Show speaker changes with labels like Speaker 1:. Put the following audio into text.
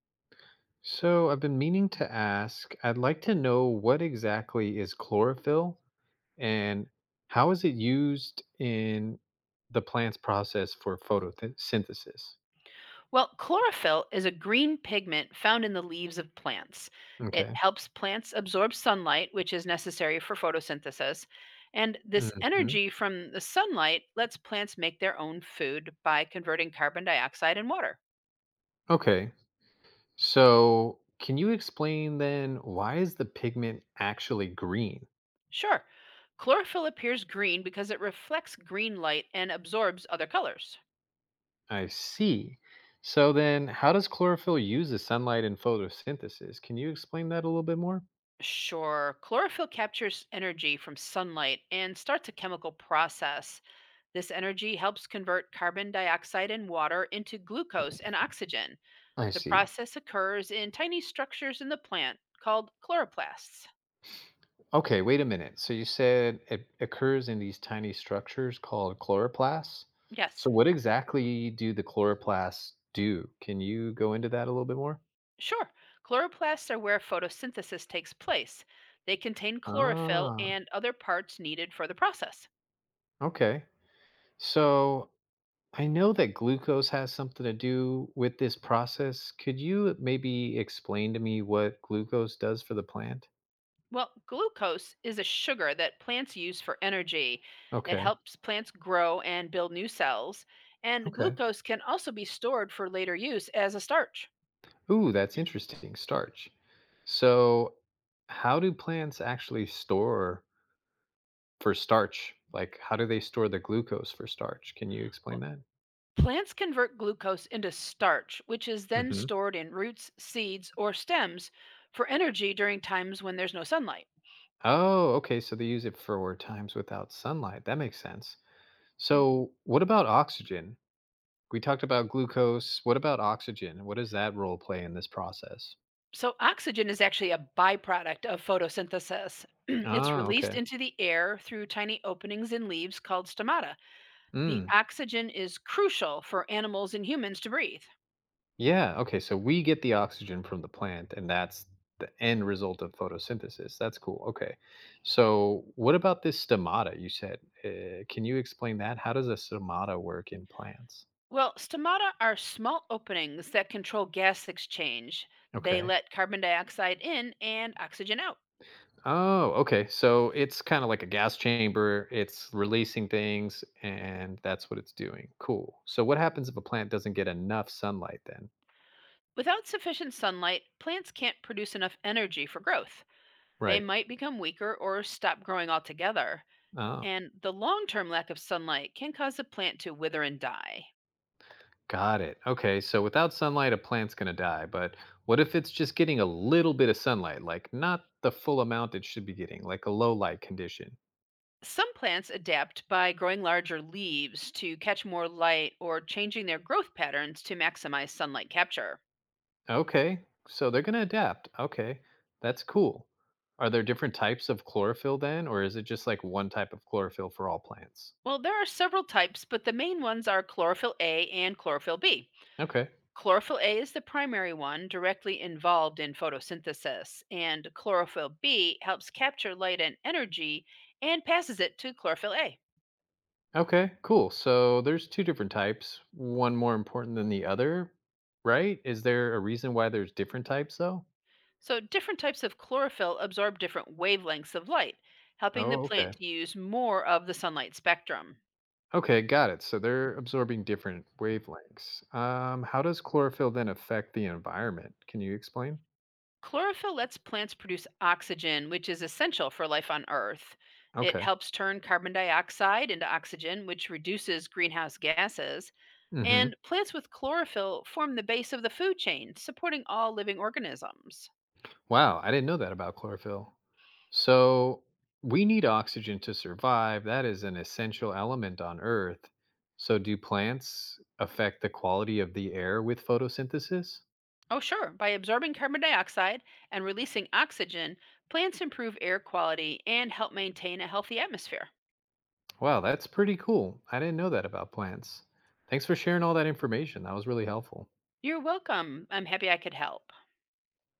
Speaker 1: So I've been meaning to ask, I'd like to know what exactly is chlorophyll and how is it used in the plant's process for photosynthesis?
Speaker 2: Well, chlorophyll is a green pigment found in the leaves of plants. It
Speaker 1: Okay.
Speaker 2: helps plants absorb sunlight, which is necessary for photosynthesis. And this
Speaker 1: Hmm.
Speaker 2: energy from the sunlight lets plants make their own food by converting carbon dioxide and water.
Speaker 1: Okay. So can you explain then why is the pigment actually green?
Speaker 2: Sure, chlorophyll appears green because it reflects green light and absorbs other colors.
Speaker 1: I see. So then how does chlorophyll use the sunlight in photosynthesis? Can you explain that a little bit more?
Speaker 2: Sure, chlorophyll captures energy from sunlight and starts a chemical process. This energy helps convert carbon dioxide and water into glucose and oxygen.
Speaker 1: I
Speaker 2: The
Speaker 1: see.
Speaker 2: process occurs in tiny structures in the plant called chloroplasts.
Speaker 1: Okay, wait a minute. So you said it occurs in these tiny structures called chloroplasts.
Speaker 2: Yes,
Speaker 1: So what exactly do the chloroplasts do? Can you go into that a little bit more?
Speaker 2: sure. Chloroplasts are where photosynthesis takes place. They contain chlorophyll
Speaker 1: Ah,
Speaker 2: and other parts needed for the process.
Speaker 1: okay. So I know that glucose has something to do with this process. Could you maybe explain to me what glucose does for the plant?
Speaker 2: Well, glucose is a sugar that plants use for energy. It
Speaker 1: Okay.
Speaker 2: helps plants grow and build new cells, and
Speaker 1: Okay.
Speaker 2: glucose can also be stored for later use as a starch.
Speaker 1: Ooh, that's interesting. Starch. So, how do plants actually store for starch, like, how do they store the glucose for starch? Can you explain that?
Speaker 2: Plants convert glucose into starch, which is then
Speaker 1: Mhm.
Speaker 2: stored in roots, seeds, or stems for energy during times when there's no sunlight.
Speaker 1: Oh, okay. So they use it for times without sunlight. That makes sense.
Speaker 2: Mm.
Speaker 1: So, what about oxygen? We talked about glucose. What about oxygen? What does that role play in this process?
Speaker 2: So, oxygen is actually a byproduct of photosynthesis. It's
Speaker 1: Ah,
Speaker 2: released
Speaker 1: okay.
Speaker 2: into the air through tiny openings in leaves called stomata. The
Speaker 1: Mm.
Speaker 2: oxygen is crucial for animals and humans to breathe.
Speaker 1: Yeah. Okay. So we get the oxygen from the plant, and that's the end result of photosynthesis. That's cool. Okay. So, what about this stomata you said? Can you explain that? How does a stomata work in plants?
Speaker 2: Well, stomata are small openings that control gas exchange. They
Speaker 1: Okay.
Speaker 2: let carbon dioxide in and oxygen out.
Speaker 1: Oh, okay. So it's kind of like a gas chamber. It's releasing things, and that's what it's doing. Cool. So what happens if a plant doesn't get enough sunlight then?
Speaker 2: Without sufficient sunlight, plants can't produce enough energy for growth. They
Speaker 1: Right.
Speaker 2: might become weaker or stop growing altogether,
Speaker 1: Oh,
Speaker 2: and the long term lack of sunlight can cause a plant to wither and die.
Speaker 1: got it. Okay. So without sunlight, a plant's going to die. But what if it's just getting a little bit of sunlight, like not the full amount it should be getting, like a low light condition?
Speaker 2: Some plants adapt by growing larger leaves to catch more light or changing their growth patterns to maximize sunlight capture.
Speaker 1: Okay. So they're going to adapt. Okay. That's cool. Are there different types of chlorophyll then, or is it just like one type of chlorophyll for all plants?
Speaker 2: Well, there are several types, but the main ones are chlorophyll A and chlorophyll B.
Speaker 1: Okay.
Speaker 2: Chlorophyll A is the primary one directly involved in photosynthesis, and chlorophyll B helps capture light and energy and passes it to chlorophyll A.
Speaker 1: Okay. Cool. So there's two different types, one more important than the other, right? Is there a reason why there's different types though?
Speaker 2: So, different types of chlorophyll absorb different wavelengths of light, helping the
Speaker 1: Oh,
Speaker 2: plant
Speaker 1: okay.
Speaker 2: to use more of the sunlight spectrum.
Speaker 1: Okay, got it. So they're absorbing different wavelengths. How does chlorophyll then affect the environment? Can you explain?
Speaker 2: Chlorophyll lets plants produce oxygen, which is essential for life on Earth. It
Speaker 1: Okay.
Speaker 2: helps turn carbon dioxide into oxygen, which reduces greenhouse gases.
Speaker 1: Mm-hmm.
Speaker 2: And plants with chlorophyll form the base of the food chain, supporting all living organisms.
Speaker 1: Wow, I didn't know that about chlorophyll. So we need oxygen to survive. That is an essential element on Earth. So do plants affect the quality of the air with photosynthesis?
Speaker 2: Oh, sure. By absorbing carbon dioxide and releasing oxygen, plants improve air quality and help maintain a healthy atmosphere.
Speaker 1: Wow, that's pretty cool. I didn't know that about plants. Thanks for sharing all that information. That was really helpful.
Speaker 2: You're welcome. I'm happy I could help.